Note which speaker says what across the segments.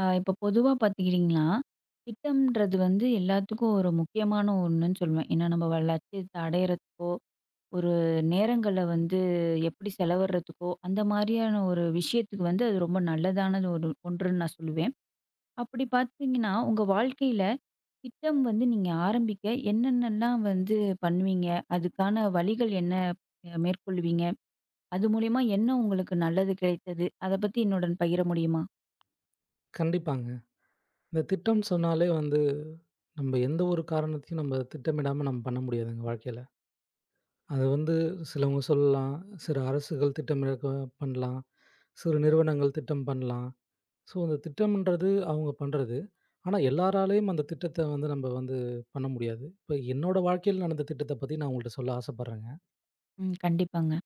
Speaker 1: இப்போ பொதுவா பார்த்துக்கிட்டிங்கன்னா, திட்டம்ன்றது வந்து எல்லாத்துக்கும் ஒரு முக்கியமான ஒண்ணுன்னு சொல்லுவேன். ஏன்னா நம்ம லட்சியத்த அடையறதுக்கோ, ஒரு நேரங்கள வந்து எப்படி செலவிடுறதுக்கோ, அந்த மாரியான ஒரு விஷயத்துக்கு வந்து அது ரொம்ப நல்லதானது ஒரு ஒன்றுன்னு நான் சொல்லுவேன். அப்படி பார்த்தீங்கன்னா, உங்க வாழ்க்கையில திட்டம் வந்து நீங்க ஆரம்பிக்க என்னென்னலாம் வந்து பண்ணுவீங்க? அதுக்கான வழிகள் என்ன மேற்கொள்வீங்க? அது மூலியமா என்ன உங்களுக்கு நல்லது கிடைத்தது? அத பத்தி என்னுடன் பகிர முடியுமா?
Speaker 2: கண்டிப்பாங்க. இந்த திட்டம் சொன்னாலே வந்து, நம்ப எந்த ஒரு காரணத்தையும் நம்ம திட்டமிடாம நம்ம பண்ண முடியாதுங்க வாழ்க்கையில. அது வந்து சிலவங்க சொல்லலாம், சில அரசுகள் திட்டமிடக்க பண்ணலாம், சிறு நிறுவனங்கள் திட்டம் பண்ணலாம். ஸோ, அந்த திட்டம்ன்றது அவங்க பண்றது. ஆனா, எல்லாராலயும் அந்த திட்டத்த வந்து நம்ப வந்து பண்ண முடியாது. இப்ப என்னோட வாழ்க்கையில நடந்த திட்டத்த பத்தி நான் உங்கள்ட்ட சொல்ல ஆசைப்படுறேங்க.
Speaker 1: ம். கண்டிப்பாங்க.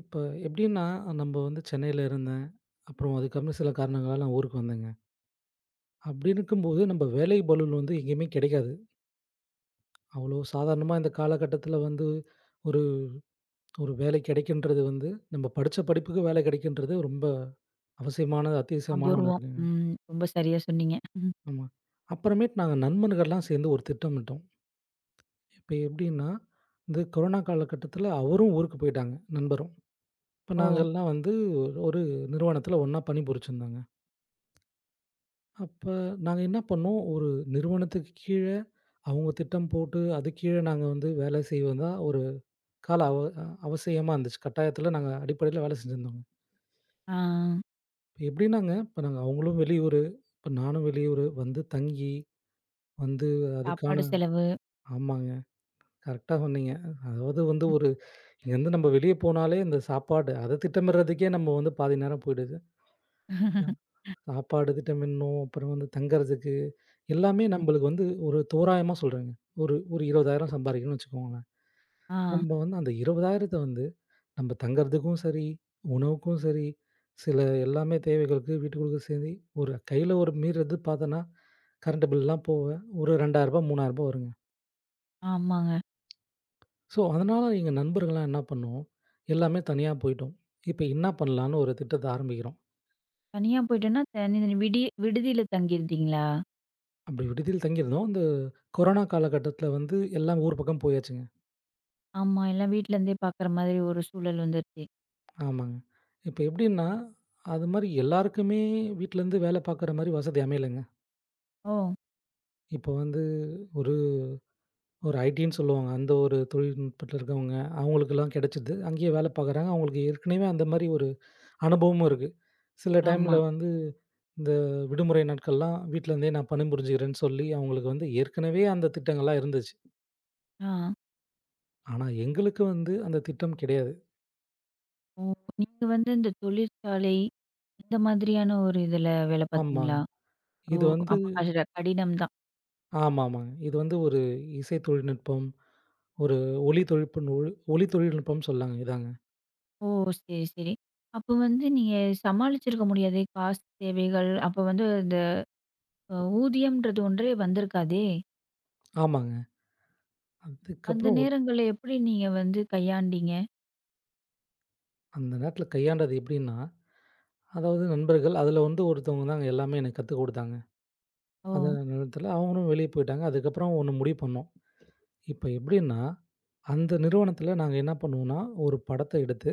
Speaker 2: இப்ப எப்படின்னா, நம்ப வந்து சென்னையில இருந்தேன். அப்புறம் அதுக்கப்புறம் சில காரணங்களால நான் ஊருக்கு வந்தேங்க. அப்படி இருக்கும்போது, நம்ப வேலை பளுவுல வந்து எங்கேயுமே கிடைக்காது. அவ்வளோ சாதாரணமா இந்த காலகட்டத்தில வந்து, ஒரு ஒரு வேலை கிடைக்கின்றது வந்து, நம்ம படிச்ச படிப்புக்கு வேலை கிடைக்கின்றது ரொம்ப அவசியமான, அத்தியாவசியமான ஒண்ணு
Speaker 1: அபூர்வம்.
Speaker 2: இருக்குங்க.
Speaker 1: ம். ரொம்ப சரியா சொன்னீங்க. ம்.
Speaker 2: ஆமா. அப்புறமேட்டு நாங்க நண்பர்கள்லாம் சேர்ந்து ஒரு திட்டமிட்டோம். இப்ப எப்படின்னா, இந்த கொரோனா காலகட்டத்தில அவரும் ஊருக்கு போயிட்டாங்க, நண்பரும். இப்ப
Speaker 1: ஓ!
Speaker 2: நாங்கலாம் வந்து ஒரு நிறுவனத்தில ஒண்ணா பணிபுரிச்சிருந்தோங்க. அப்ப நாங்க என்ன பண்ணோம், ஒரு நிறுவனத்துக்கு கீழ அவங்க திட்டம் போட்டு, அதுக்கு கீழ நாங்க வந்து வேலை செய்வது தான் ஒரு கால அவ அவசியமா இருந்துச்சு. கட்டாயத்தில நாங்க அடிப்படையில வேலை செஞ்சிருந்தோங்க.
Speaker 1: ஆ.
Speaker 2: எப்படின்னாங்க, இப்ப நாங்க அவங்களும் வெளியூரு, இப்ப நானும் வெளியூரு வந்து தங்கி, வந்து அதுக்கான
Speaker 1: சாப்பாடு செலவு.
Speaker 2: ஆமாங்க. கரெக்ட்டா சொன்னீங்க. அதாவது வந்து
Speaker 1: ம்.
Speaker 2: ஒரு இங்கேருந்து நம்ம வெளிய போனாலே இந்த சாப்பாடு, அத திட்டமிடுறதுக்கே நம்ம வந்து பாதி நேரம் போயிடுது. சாப்பாடு திட்டமிடணும், அப்புறம் வந்து தங்கறதுக்கு எல்லாமே
Speaker 1: ம்.
Speaker 2: நம்பளுக்கு வந்து ஒரு தோராயமா சொல்றேங்க. ஒரு ஒரு 20,000 சம்பாரிக்கிறோம்னு வச்சுக்கோங்களேன்.
Speaker 1: ஆ.
Speaker 2: நம்ப வந்து அந்த 20,000த்த வந்து நம்ப தங்கறதுக்கும் சரி, உணவுக்கும் சரி, சில எல்லாமே தேவைகளுக்கு வீட்டுக்குள்ள சரி, ஒரு கையில ஒரு மீறது பார்த்தோன்னா, கரண்ட் பில்லாம் போக ஒரு ரூ. 2,000 ரூ. 3,000 வருங்க.
Speaker 1: ஆமாங்க.
Speaker 2: ஸோ, அதனால எங்க நண்பர்கள்லாம் என்ன பண்ணோம், எல்லாமே தனியா போயிட்டோம். இப்ப என்ன பண்ணலான்னு ஒரு திட்டத்த ஆரம்பிக்கிறோம்.
Speaker 1: தனியா போயிட்டோன்னா, தனி தனி விடுதியில தங்கியிருந்தீங்களா?
Speaker 2: அப்படி விடுதியில் தங்கியிருந்தோம். அந்த கொரோனா காலகட்டத்தில வந்து எல்லாம் ஊர் பக்கம் போயாச்சுங்க.
Speaker 1: ஆமா. எல்லாம் வீட்லருந்தே பார்க்குற மாதிரி ஒரு சூழல் வந்துருச்சு.
Speaker 2: ஆமாங்க. இப்ப எப்படின்னா, அது மாரி எல்லாருக்குமே வீட்லருந்து வேலை பார்க்குற மாரி வசதி அமையலைங்க.
Speaker 1: ஓ!
Speaker 2: இப்போ வந்து ஒரு ஒரு ஐடின்னு சொல்லுவாங்க. அந்த ஒரு தொழில்நுட்பத்துல இருக்கவங்க, அவங்களுக்கெல்லாம் கிடைச்சது. அங்கேயே வேலை பார்க்குறாங்க. அவங்களுக்கு ஏற்கனவே அந்த மாரி ஒரு அனுபவமும் இருக்கு. சில
Speaker 1: ஆமா.
Speaker 2: டைம்ல வந்து இந்த விடுமுறை நாட்கள்லாம் வீட்லருந்தே நான் பணிபுரிஞ்சுக்கிறேன்னு சொல்லி, அவங்களுக்கு வந்து ஏற்கனவே அந்த திட்டங்கள்லாம் இருந்துச்சு.
Speaker 1: ஆ.
Speaker 2: ஆனா எங்களுக்கு வந்து அந்த திட்டம் கிடையாது.
Speaker 1: ஓ! நீங்க வந்து இந்த தொழிற்சாலை, இந்த மாதிரியான ஒரு இதில வேலை பார்த்தீங்களா?
Speaker 2: ஆமாங்க.
Speaker 1: ஓ!
Speaker 2: இது வந்து
Speaker 1: அப்ப கஷ்ட கடினம் தான்.
Speaker 2: ஆமாமாங்க. இது வந்து ஒரு இசை தொழில்நுட்பம் ஒரு ஒலி தொழில்நுட்பம் ஒலி தொழில்நுட்பம்னு சொல்லாங்க. இதாங்க.
Speaker 1: ஓ! சரி, சரி. அப்ப வந்து நீங்க சமாளிச்சிருக்க முடியாதே! காசு தேவைகள், அப்ப வந்து ஊதியம்ன்றது ஒன்றே வந்திருக்காதே!
Speaker 2: ஆமாங்க.
Speaker 1: அந்த
Speaker 2: அதுக்கப்புறம்
Speaker 1: நேரங்கள்ல எப்படி நீங்க வந்து கையாண்டீங்க?
Speaker 2: அந்த நேரத்தில கையாண்டது எப்படின்னா, அதாவது நண்பர்கள் அதில வந்து ஒருத்தவங்க தாங்க எல்லாமே எனக்கு கத்துக் குடுத்தாங்க.
Speaker 1: ஓ!
Speaker 2: அந்த நேரத்தில அவங்களும் வெளிய போயிட்டாங்க. அதுக்கப்புறம் ஒண்ணு முடிவு பண்ணோம். இப்ப எப்படின்னா, அந்த நிறுவனத்தில நாங்க என்ன பண்ணுவோம்னா, ஒரு படத்த எடுத்து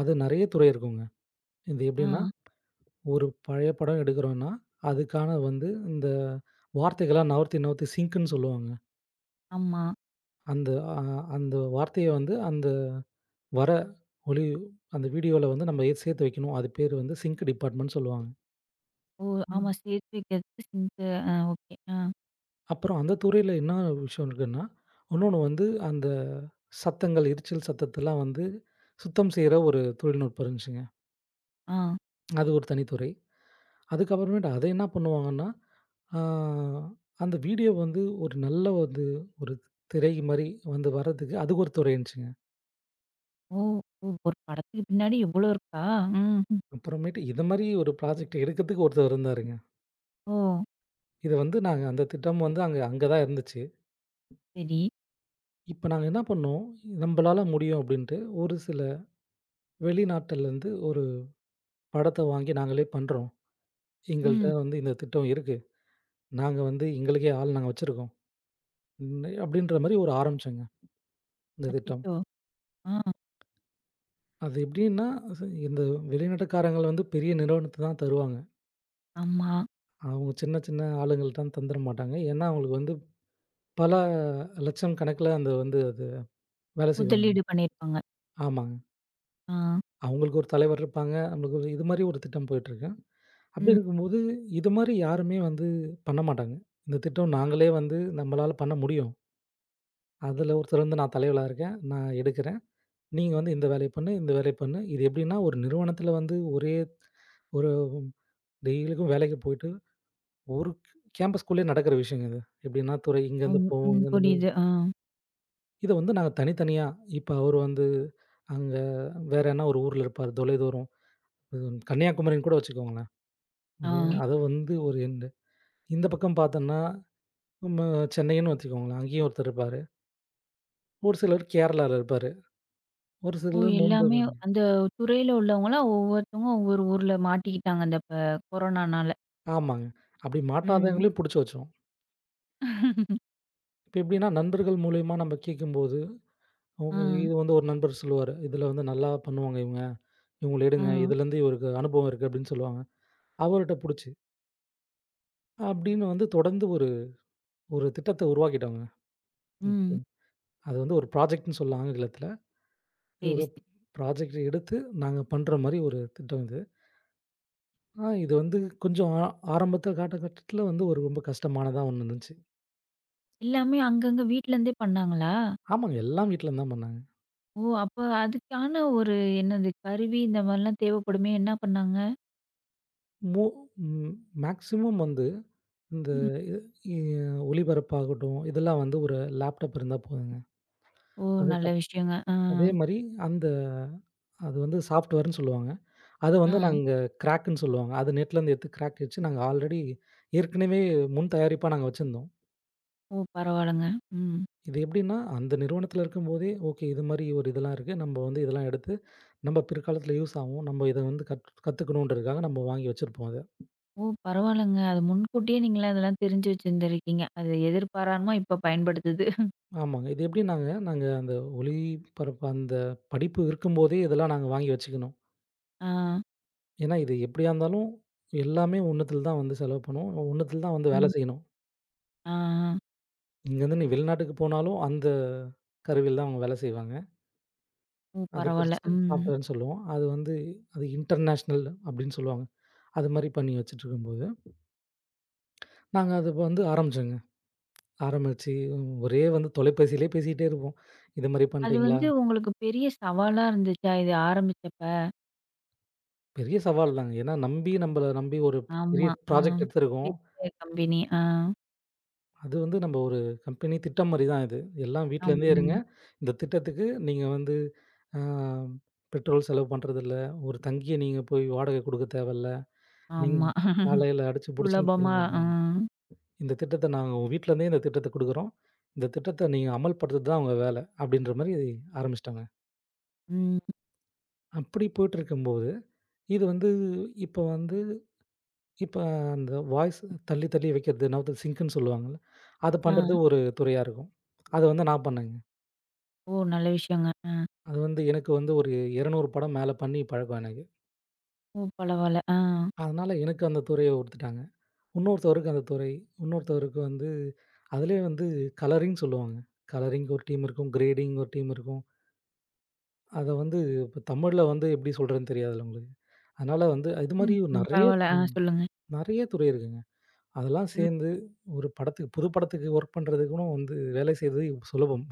Speaker 2: அது நெறைய துறை இருக்குங்க. இது
Speaker 1: ஆ,
Speaker 2: எப்படின்னா, ஒரு பழைய படம் எடுக்கிறோம்னா, அதுக்கான வந்து இந்த வார்த்தைகள்லாம் நவர்த்தி, நவர்த்தி சிங்க்ன்னு சொல்லுவாங்க.
Speaker 1: ஆமா.
Speaker 2: அந்த அ அந்த வார்த்தைய வந்து அந்த வர ஒளி அந்த வீடியோல வந்து நம்ம சேர்த்து வைக்கணும். அது பேரு வந்து சிங்க் டிபார்ட்மென்ட்ன்னு சொல்லுவாங்க.
Speaker 1: ஓ! ஆமா.
Speaker 2: ம்.
Speaker 1: சேர்த்து வைக்கிறதுக்கு சிங்க்கு ஆ ஓகே. ஆ,
Speaker 2: அப்புறம் அந்த துறையில என்ன விஷயம் இருக்குன்னா, இன்னொன்னு வந்து அந்த சத்தங்கள், எரிச்சல் சத்தத்தெல்லாம் வந்து சுத்தம் செய்ற ஒரு தொழில்நுட்பம் இருந்துச்சுங்க.
Speaker 1: ஆ.
Speaker 2: அது ஒரு தனித்துறை. அதுக்கப்புறமேட்டு அத என்ன பண்ணுவாங்கன்னா, ஆ அந்த வீடியோ வந்து ஒரு நல்ல வந்து ஒரு திரை மாரி வந்து வர்றதுக்கு அதுக்கு ஒரு துறை இருந்துச்சுங்க.
Speaker 1: ஓ! ஓ! ஒரு படத்துக்கு பின்னாடி இவ்வளோ இருக்கா? ம்.
Speaker 2: அப்புறமேட்டு இது மாரி ஒரு ப்ராஜெக்ட் எடுக்கிறதுக்கு ஒருத்தர் இருந்தாருங்க.
Speaker 1: ஓ!
Speaker 2: இது வந்து நாங்க அந்த திட்டம் வந்து அங்க அங்க தான் இருந்துச்சு.
Speaker 1: சரி.
Speaker 2: இப்ப நாங்க என்ன பண்ணோம், நம்பளால முடியும் அப்படின்ட்டு ஒரு சில வெளிநாட்டுலருந்து ஒரு படத்த வாங்கி நாங்களே பண்றோம். எங்கள்ட்ட
Speaker 1: ம்.
Speaker 2: வந்து இந்த திட்டம் இருக்கு. நாங்க வந்து எங்களுக்கே ஆள் நாங்க வச்சிருக்கோம். அப்படின்ற மாரி ஒரு ஆரம்பிச்சோங்க, இந்த திட்டம்.
Speaker 1: அச்சச்சோ! ஆ,
Speaker 2: அது எப்படின்னா, ச இந்த வெளிநாட்டுக்காரங்கள வந்து பெரிய நிறுவனத்த தான் தருவாங்க.
Speaker 1: ஆமா.
Speaker 2: அவங்க சின்ன சின்ன ஆளுங்கள்ட்ட தான் தந்துட மாட்டாங்க. ஏன்னா, அவங்களுக்கு வந்து பல லட்சம் கணக்குல அந்த வந்து அது வேலை செய்வாங்க.
Speaker 1: முதலீடு பண்ணியிருப்பாங்க.
Speaker 2: ஆமாங்க.
Speaker 1: ஆ.
Speaker 2: அவங்களுக்கு ஒரு தலைவர் இருப்பாங்க. நம்மளுக்கு ஒரு இது மாரி ஒரு திட்டம் போயிட்டுருக்கு. அப்படி
Speaker 1: ம்.
Speaker 2: இருக்கும்போது, இது மாரி யாருமே வந்து பண்ண மாட்டாங்க. இந்த திட்டம் நாங்களே வந்து நம்மளால பண்ண முடியும். அதில ஒருத்தர் வந்து நான் தலைவலா இருக்கேன். நான் எடுக்கிறேன். நீங்க வந்து இந்த வேலைய பண்ணு, இந்த வேலைய பண்ணு. இது எப்படின்னா ஒரு நிறுவனத்தில வந்து ஒரே ஒரு டெய்லிக்கும் வேலைக்கு போயிட்டு ஒரு கேம்பஸ்குள்ளேயே நடக்கிற விஷயங்க இது. எப்படின்னா துறை இங்கேருந்து
Speaker 1: ம்.
Speaker 2: போகும்,
Speaker 1: ம்.
Speaker 2: இங்கேருந்து மேல்
Speaker 1: புரியுது. ஆ,
Speaker 2: இத வந்து நாங்க தனித்தனியா இப்ப அவரு வந்து அங்க வேற என்ன ஒரு ஊர்ல இருப்பாரு தொலைதூரம். கன்னியாகுமரின்னு கூட வச்சுக்கோங்களேன். ஒரு
Speaker 1: ஆ.
Speaker 2: அத வந்து ஒரு எண்டு. இந்த பக்கம் பார்த்தோம்னா நம்ம சென்னைன்னு வச்சுக்கோங்களேன். அங்கேயும் ஒருத்தர் இருப்பாரு. ஒரு சிலர் கேரளால இருப்பாரு. ஒரு
Speaker 1: ஓ!
Speaker 2: சிலர் மும்பை
Speaker 1: எல்லாமே அந்த துறையில உள்ளவங்களா ஒவ்வொருத்தவங்க ஒவ்வொரு ஊர்ல மாட்டிக்கிட்டாங்க அந்த கொரோனானால.
Speaker 2: ஆமாங்க. அப்படி
Speaker 1: ம்.
Speaker 2: மாட்டாதவங்களையும் புடிச்சு வச்சுருவோம். இப்ப எப்படின்னா நண்பர்கள் மூலியமா நம்ம கேட்கும்போது,
Speaker 1: ஆ,
Speaker 2: அவங்க இது வந்து ஒரு நண்பர் சொல்லுவாரு. "இதுல வந்து நல்லா பண்ணுவாங்க இவங்க. இவங்கள
Speaker 1: ஆ.
Speaker 2: எடுங்க. இதுலேருந்து இவருக்கு அனுபவம் இருக்கு" அப்படின்னு சொல்லுவாங்க. அவர்ட்ட புடிச்சு, அப்படின்னு வந்து தொடர்ந்து ஒரு ஒரு திட்டத்த உருவாக்கிட்டோங்க.
Speaker 1: ம்.
Speaker 2: ம். அது வந்து ஒரு ப்ராஜெக்ட்ன்னு சொல்லலாம் ஆங்கிலத்தில. இது
Speaker 1: சரி,
Speaker 2: ஒரு
Speaker 1: சரி.
Speaker 2: ப்ராஜெக்ட் எடுத்து நாங்க பண்ற மாரி ஒரு திட்டம் இது. இது வந்து கொஞ்சம் ஆரம்பத்த காலகட்டத்தில வந்து ஒரு ரொம்ப கஷ்டமானதா ஒண்ணு இருந்துச்சு.
Speaker 1: எல்லாமே அங்கங்க வீட்லருந்தே பண்ணாங்களா?
Speaker 2: ஆமாங்க எல்லா வீட்லயும் தான் பண்ணாங்க.
Speaker 1: ஓ! அப்ப அதுக்கான ஒரு என்னது கருவி இந்த மாரிலாம் தேவைப்படுமே! என்ன பண்ணாங்க?
Speaker 2: மோ ம் மேக்ஸிமம் வந்து இந்த
Speaker 1: ம்.
Speaker 2: இது- இ ஒளிபரப்பாகட்டும், இதெல்லாம் வந்து ஒரு லேப்டாப் இருந்தா போதுங்க.
Speaker 1: ஓ! நல்ல
Speaker 2: அதுக்கப்
Speaker 1: விஷயங்க. ஆ,
Speaker 2: அதே மாரி அந்த அது வந்து சாஃப்ட்வேர்ன்னு சொல்லுவாங்க. அத
Speaker 1: ஆ.
Speaker 2: வந்து நாங்க கிராக்ன்னு சொல்லுவாங்க. அது நெட்லேருந்து எடுத்து கிராக் வச்சு நாங்க ஆல்ரெடி ஏற்கனவே முன் தயாரிப்பா நாங்க வச்சிருந்தோம்.
Speaker 1: ஓ! பரவால்லங்க. ம்.
Speaker 2: இது எப்படின்னா, அந்த நிறுவனத்தில இருக்கும்போதே, ஓகே இது மாரி ஒரு இதெல்லாம் இருக்கு. நம்ம வந்து இதெல்லாம் எடுத்து, நம்ம பிற்காலத்தில யூஸ் ஆகும். நம்ம இத வந்து கத்துக்கணுன்றதுக்காக நம்ம வாங்கி வச்சிருப்போம் அத.
Speaker 1: ஓ! பரவால்லங்க. அது முன்கூட்டியே நீங்களே அதெல்லாம் தெரிஞ்சு வச்சிருந்திருக்கீங்க. அது எதிர்பாராம இப்ப பயன்படுத்துது.
Speaker 2: ஆமாங்க. இது எப்படின்னாங்க, நாங்க அந்த ஒளிபரப்பு அந்த படிப்பு இருக்கும்போதே இதெல்லாம் நாங்க வாங்கி வச்சுக்கணும்.
Speaker 1: ஆ.
Speaker 2: ஏன்னா, இது எப்படியா இருந்தாலும் எல்லாமே 1த்துல தான் வந்து செலவு பண்ணுவோம். 1த்துல தான் வந்து வேலை
Speaker 1: ம்.
Speaker 2: செய்யணும்.
Speaker 1: ஆ, ஆ.
Speaker 2: இங்கேருந்து நீ வெளிநாட்டுக்கு போனாலும் அந்த கருவியில தான் அவங்க வேலை செய்வாங்க.
Speaker 1: ஓ!
Speaker 2: அது
Speaker 1: பரவால்ல.
Speaker 2: பெருசா
Speaker 1: ம்.
Speaker 2: சாஃப்ட்வேர்ன்னு சொல்லுவோம். அது வந்து அது இன்டர்நேஷனல் அப்படின்னு சொல்லுவாங்க. அது மாரி பண்ணி வச்சுட்டுருக்கும்போது நாங்க அது இப்ப வந்து ஆரம்பிச்சோங்க. ஆரம்பிச்சு ஒரே வந்து தொலைபேசியிலே பேசிட்டே இருப்போம். இது மாரி
Speaker 1: அது
Speaker 2: பண்ட்டீங்களா?
Speaker 1: வந்து உங்களுக்கு பெரிய சவாலா இருந்துச்சா? இது ஆரம்பிச்சப்ப?
Speaker 2: பெரிய சவால் தாங்க. ஏன்னா நம்மள நம்பி ஒரு பெரிய
Speaker 1: ஆமா. ஆ.
Speaker 2: ப்ராஜெக்ட் எடுத்திருக்கோம்.
Speaker 1: பெரிய கம்பெனி. ஆ.
Speaker 2: அது வந்து நம்ம ஒரு கம்பெனி திட்டம் மாரி தான் இது. எல்லாம் வீட்லேருந்தே இருங்க.
Speaker 1: ஆம்.
Speaker 2: இந்த திட்டத்துக்கு நீங்க வந்து அ பெட்ரோல் செலவு பண்றதில்ல. ஒரு தங்கிய நீங்க போய் வாடகை குடுக்க தேவையில்ல. நீங்க
Speaker 1: ஆமா.
Speaker 2: காலையில அடிச்சு புடிச்சுன்னு
Speaker 1: சுலபமா ஆ.
Speaker 2: கிளம்பிடுங்க. இந்த திட்டத்த நாங்க உங்க வீட்லேருந்தே இந்த திட்டத்த குடுக்குறோம். இந்த திட்டத்த நீங்க அமல்படுத்துறது தான் உங்க வேல. அப்படின்ற மாரி ஆரம்பிச்சுட்டாங்க.
Speaker 1: ம்.
Speaker 2: அப்படி போயிட்டுருக்கும்போது, இது வந்து இப்ப வந்து இப்ப அந்த வாய்ஸ் தள்ளி தள்ளி வைக்கிறது, நவுத்து சிங்க்ன்னு சொல்லுவாங்கல்ல. அது
Speaker 1: ஆ.
Speaker 2: பண்றது ஒரு துறையா இருக்கும். அது வந்து நான் பண்ணேங்க.
Speaker 1: ஓ! நல்ல விஷயங்க. ஆ.
Speaker 2: அது வந்து எனக்கு வந்து ஒரு 200 படம் மேல பண்ணி பழக்கம் எனக்கு.
Speaker 1: ஓ! பரவால்ல. ஆ.
Speaker 2: அதனால எனக்கு அந்த துறைய குடுத்துட்டாங்க. இன்னொருத்தவருக்கு அந்த துறை, இன்னொருத்தவருக்கு வந்து அதிலயே வந்து கலரிங் சொல்லுவாங்க. கலரிங்க்கு ஒரு டீம் இருக்கும். கிரேடிங் ஒரு டீம் இருக்கும். அத வந்து இப்ப தமிழ்ல வந்து எப்படி சொல்றதுன்னு தெரியாதுல்ல உங்களுக்கு. அதனால வந்து இது
Speaker 1: ம்.
Speaker 2: மாரி
Speaker 1: ம்.
Speaker 2: நெறைய,
Speaker 1: பரவால்ல. ஆ சொல்லுங்க.
Speaker 2: நெறைய துறை இருக்குங்க. அதெல்லாம்
Speaker 1: ம்.
Speaker 2: சேர்ந்து ஒரு படத்துக்கு புது படத்துக்கு ஒர்க் பண்றது கூட வந்து வேலை செய்றது சுலபம்.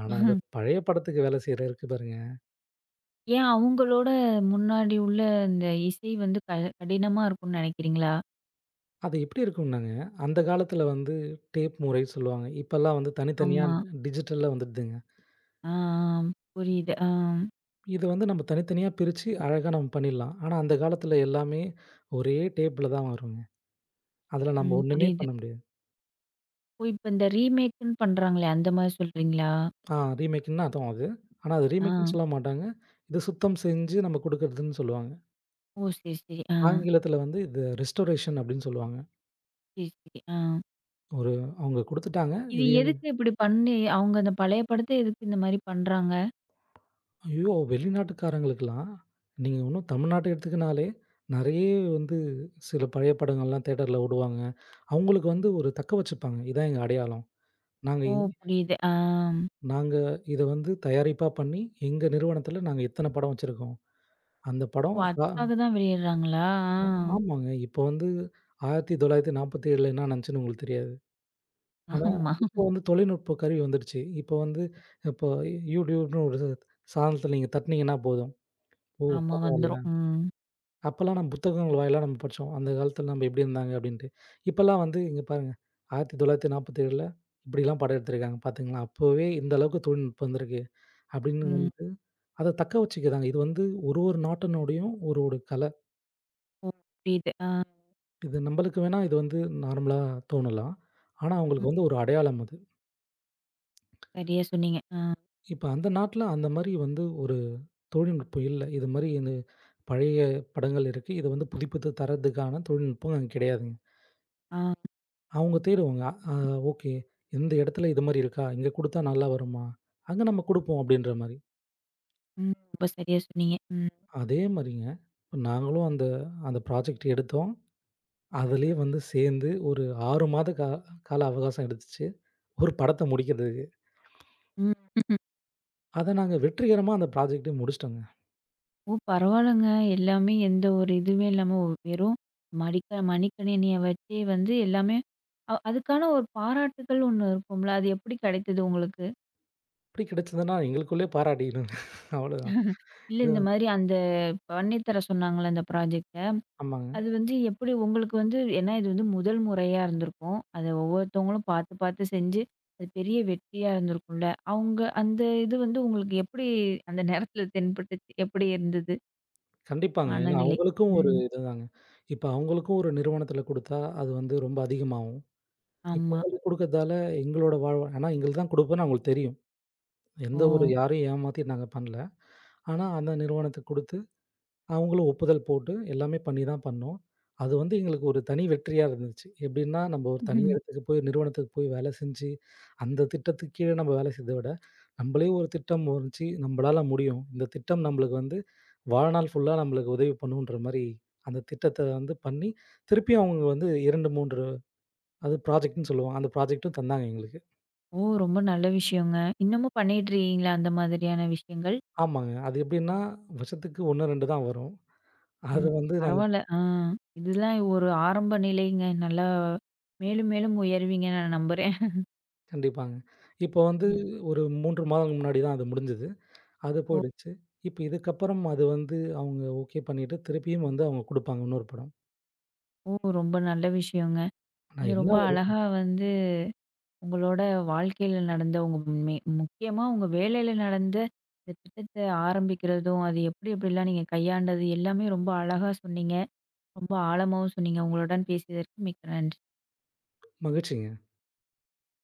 Speaker 2: ஆனா, இந்த பழைய படத்துக்கு வேலை செய்ற இருக்கு பாருங்க.
Speaker 1: ஏன் அவங்களோட முன்னாடி உள்ள இந்த இசை வந்து கடினமா இருக்கும்னு நினைக்கிறீங்களா?
Speaker 2: அது எப்படி இருக்கும்னாங்க, அந்த காலத்துல வந்து டேப் முறை சொல்லுவாங்க. இப்பல்லாம் வந்து தனித்தனியா
Speaker 1: ஆமா.
Speaker 2: டிஜிட்டல்ல வந்துடுதுங்க.
Speaker 1: ஆ, ஆ. புரியுது. ஆ.
Speaker 2: இத வந்து நம்ம தனித்தனியா பிரிச்சு அழகா நம்ம பண்ணிடலாம். ஆனா, அந்த காலத்துல எல்லாமே ஒரே டேப்ல தான் வருங்க. அதுல நம்ம
Speaker 1: ம்.
Speaker 2: ஒண்ணுமே
Speaker 1: புரியுது.
Speaker 2: பண்ண முடியாது.
Speaker 1: ஓ! இப்ப இந்த ரீமேக்குன்னு பண்றாங்களே, அந்த மாரி சொல்றீங்களா?
Speaker 2: ரீமேக்குன்னா அதான் அது. ஆனா, அது
Speaker 1: ஆ.
Speaker 2: ரீமேக்குன்னு சொல்ல மாட்டாங்க. இது சுத்தம் செஞ்சு நம்ம குடுக்குறதுன்னு சொல்லுவாங்க.
Speaker 1: ஓ! சரி, சரி. ஆ.
Speaker 2: ஆங்கிலத்துல வந்து இது ரெஸ்டோரேஷன் அப்படின்னு சொல்லுவாங்க.
Speaker 1: சரி, சரி. ஆ.
Speaker 2: ஒரு அவங்க குடுத்துட்டாங்க.
Speaker 1: இது
Speaker 2: இது என்ன
Speaker 1: எதுக்கு இப்படி பண்ணி அவங்க அந்த பழைய படத்த எதுக்கு இந்த மாரி பண்றாங்க?
Speaker 2: ஐயோ! வெளிநாட்டுக்காரங்களுக்கெல்லாம், நீங்க இன்னும் தமிழ்நாட்ட எடுத்துக்குனாலே, நெறைய வந்து சில பழைய படங்கள்லாம் தியேட்டர்ல ஓடுவாங்க. அவங்களுக்கு வந்து ஒரு தக்க வச்சுப்பாங்க. இதான் எங்க அடையாளம். நாங்க
Speaker 1: ஓ!
Speaker 2: இ
Speaker 1: புரியுது. ஆ.
Speaker 2: நாங்க இத வந்து தயாரிப்பா பண்ணி, எங்க நிறுவனத்தில நாங்க இத்தன படம் வச்சிருக்கோம். அந்த
Speaker 1: ஓ!
Speaker 2: படம் அ
Speaker 1: அதுக்காக தான் வெளியிடுறாங்களா?
Speaker 2: ஆமாங்க. இப்போ வந்து 1947ல என்ன நடந்துச்சுன்னு உங்களுக்கு தெரியாது.
Speaker 1: ஆ.
Speaker 2: ஆனா,
Speaker 1: ஆமா,
Speaker 2: இப்போ வந்து தொழில்நுட்ப கருவி வந்துடுச்சு. இப்போ வந்து இப்போ YouTubeன்னு ஒரு சாதனத்தில நீங்க தட்டுனீங்கன்னா போதும். ஓ!
Speaker 1: ஆமா
Speaker 2: பரவால்ல.
Speaker 1: வந்துரும். ம்.
Speaker 2: அப்பலாம் நம்ம புத்தகங்கள் வாயிலா நம்ம படிச்சோம். அந்த காலத்துல நம்ம எப்படி இருந்தாங்க அப்படின்ட்டு. இப்பலாம் வந்து இங்க பாருங்க 1947ல இப்படிலாம் படம் எடுத்திருக்காங்க பாத்தீங்களா? அப்பவே இந்த அளவுக்கு தொழில்நுட்பம் வந்திருக்கு அப்படின்னு
Speaker 1: ம்.
Speaker 2: வந்து அத தக்க வச்சுக்கிறாங்க. இது வந்து ஒரு ஒரு நாட்டினுடையும் ஒரு ஒரு கலை.
Speaker 1: ஓ! புரியுது. ஆ.
Speaker 2: இது நம்மளுக்கு வேணா இது வந்து நார்மலா தோணலாம். ஆனா
Speaker 1: ம்.
Speaker 2: அவங்களுக்கு வந்து ஒரு அடையாளம் அது.
Speaker 1: சரியா சொன்னீங்க. ஆ.
Speaker 2: இப்ப அந்த நாட்ல அந்த மாரி வந்து ஒரு தொழில்நுட்பம் இல்ல. இது மாரி இந்த பழைய படங்கள் இருக்கு. இத வந்து புதுப்பித்து தர்றதுக்கான தொழில்நுட்பம் அங்க கிடையாதுங்க.
Speaker 1: ஆ.
Speaker 2: அவங்க தேடுவாங்க. அ ஓகே. இந்த இடத்துல இது மாரி இருக்கா? இங்க குடுத்தா நல்லா வருமா? அங்க நம்ம குடுப்போம் அப்டின்ற மாரி.
Speaker 1: ம். ரொம்ப சரியா சொன்னீங்க. ம்.
Speaker 2: அதே மாரிங்க, நாங்களும் அந்த அந்த ப்ராஜெக்ட் எடுத்தோம். அதுலயே வந்து சேர்ந்து ஒரு 6 மாத கா கால அவகாசம் எடுத்துச்சு. ஒரு படத்த முடிக்கிறதுக்கு.
Speaker 1: ம்.
Speaker 2: அத நாங்க வெற்றிகரமா அந்த ப்ராஜெக்ட்டே முடிச்சுட்டோங்க.
Speaker 1: ஓ! பரவால்லங்க. எல்லாமே எந்த ஒரு இதுவுமே இல்லாம வெறும் மடிக்க மடிக்கணினிய வச்சே வந்து எல்லாமே அதுக்கான ஒரு பாராட்டுகள் ஒண்ணு இருக்கும்ல. அது எப்படி கிடைத்தது உங்களுக்கு?
Speaker 2: எப்டி கிடைச்சதுன்னா எங்களுக்குள்ளயே பாராட்டிக்கணுங்க. அவ்வளோதான்.
Speaker 1: இல்ல
Speaker 2: இது
Speaker 1: இந்த மாரி அந்த பண்ணி தர சொன்னாங்கல்ல அந்த ப்ராஜெக்ட்ட?
Speaker 2: ஆமாங்க.
Speaker 1: அது வந்து எப்படி உங்களுக்கு வந்து ஏன்னா இது வந்து முதல் முறையா இருந்திருக்கும். அத ஒவ்வொருத்தவங்களும் பார்த்து, பார்த்து செஞ்சு, அது பெரிய வெற்றியா இருந்திருக்கும்ல. அவங்க அந்த இது வந்து உங்களுக்கு எப்படி அந்த நேரத்துல தென்பட்டுச்சு? எப்படி இருந்தது
Speaker 2: கண்டிப்பாங்க. ஏன்னா
Speaker 1: மனநிலை?
Speaker 2: அவங்களுக்கும் ஒரு
Speaker 1: ம்.
Speaker 2: இதுதாங்க. இப்ப அவங்களுக்கும் ஒரு நிறுவனத்துல குடுத்தா, அது வந்து ரொம்ப அதிகமாகும். இப்ப
Speaker 1: ஆமா.
Speaker 2: எங்களுக்கு குடுக்கறதால எங்களோட வாழ்வா ஆனா எங்களுக்கு தான் குடுப்போம்ன்னு அவங்களுக்கு தெரியும்.
Speaker 1: ஓ!
Speaker 2: எந்த ஒரு யாரையும் ஏமாத்தி நாங்க பண்ணல. ஆனா அந்த நிறுவனத்துக்கு குடுத்து, அவங்களும் ஒப்புதல் போட்டு எல்லாமே பண்ணி தான் பண்ணோம். அது வந்து எங்களுக்கு ஒரு தனி வெற்றியா இருந்துச்சு. எப்படின்னா, நம்ம ஒரு தனி
Speaker 1: ம்ஹ்ம்.
Speaker 2: இடத்துக்கு போய் நிறுவனத்துக்கு போய் வேலை செஞ்சு, அந்த திட்டத்துக்கு கீழ நம்ம வேலை செய்தத விட, நம்மளே ஒரு திட்டம் வந்துச்சு, நம்மளால முடியும். இந்த திட்டம் நம்மளுக்கு வந்து வாழ்நாள் ஃபுல்லா நம்மளுக்கு உதவி பண்ணுன்ற மாரி, அந்த திட்டத்த வந்து பண்ணி, திருப்பியும் அவங்க வந்து 2, 3 அது ப்ராஜெக்ட்ன்னு சொல்லுவோம். அந்த ப்ராஜெக்ட்டும் தந்தாங்க எங்களுக்கு.
Speaker 1: ஓ! ரொம்ப நல்ல விஷயங்க. இன்னமும் பண்ணிட்டுருக்கீங்களா அந்த மாதிரியான விஷயங்கள்?
Speaker 2: ஆமாங்க. அது எப்படின்னா, வருஷத்துக்கு 1, 2 தான் வரும். அது
Speaker 1: ம்.
Speaker 2: வந்து நாங்க
Speaker 1: பரவால்ல. ஆ. இதெல்லாம் ஒரு ஆரம்ப நிலைங்க. நல்லா மேலும், மேலும் உயருவீங்கன்னு நான் நம்புறேன்.
Speaker 2: கண்டிப்பாங்க. இப்போ வந்து
Speaker 1: ம்.
Speaker 2: ஒரு 3 மாதங்கள் முன்னாடி தான் அது முடிஞ்சது. அது
Speaker 1: ஓ!
Speaker 2: போயிடுச்சு. இப்ப இதுக்கப்புறம் அது வந்து அவங்க ஓகே பண்ணிட்டு, திருப்பியும் வந்து அவங்க குடுப்பாங்க இன்னொரு படம்.
Speaker 1: ஓ! ரொம்ப நல்ல விஷயங்க.
Speaker 2: நான்
Speaker 1: நீங்க
Speaker 2: என்ன
Speaker 1: ரொம்ப
Speaker 2: ஒரு
Speaker 1: அழகா வந்து உங்களோட வாழ்க்கையில நடந்த உங்க மே முக்கியமா உங்க வேலையில நடந்த இந்த திட்டத்த ஆரம்பிக்கிறதும், அது எப்படி எப்படிலாம் நீங்க கையாண்டது எல்லாமே ரொம்ப அழகா சொன்னீங்க. ரொம்ப ஆழமாவும் சொன்னீங்க. உங்களுடன் பேசியதற்கு மிக்க நன்றி.
Speaker 2: மகிழ்ச்சிங்க!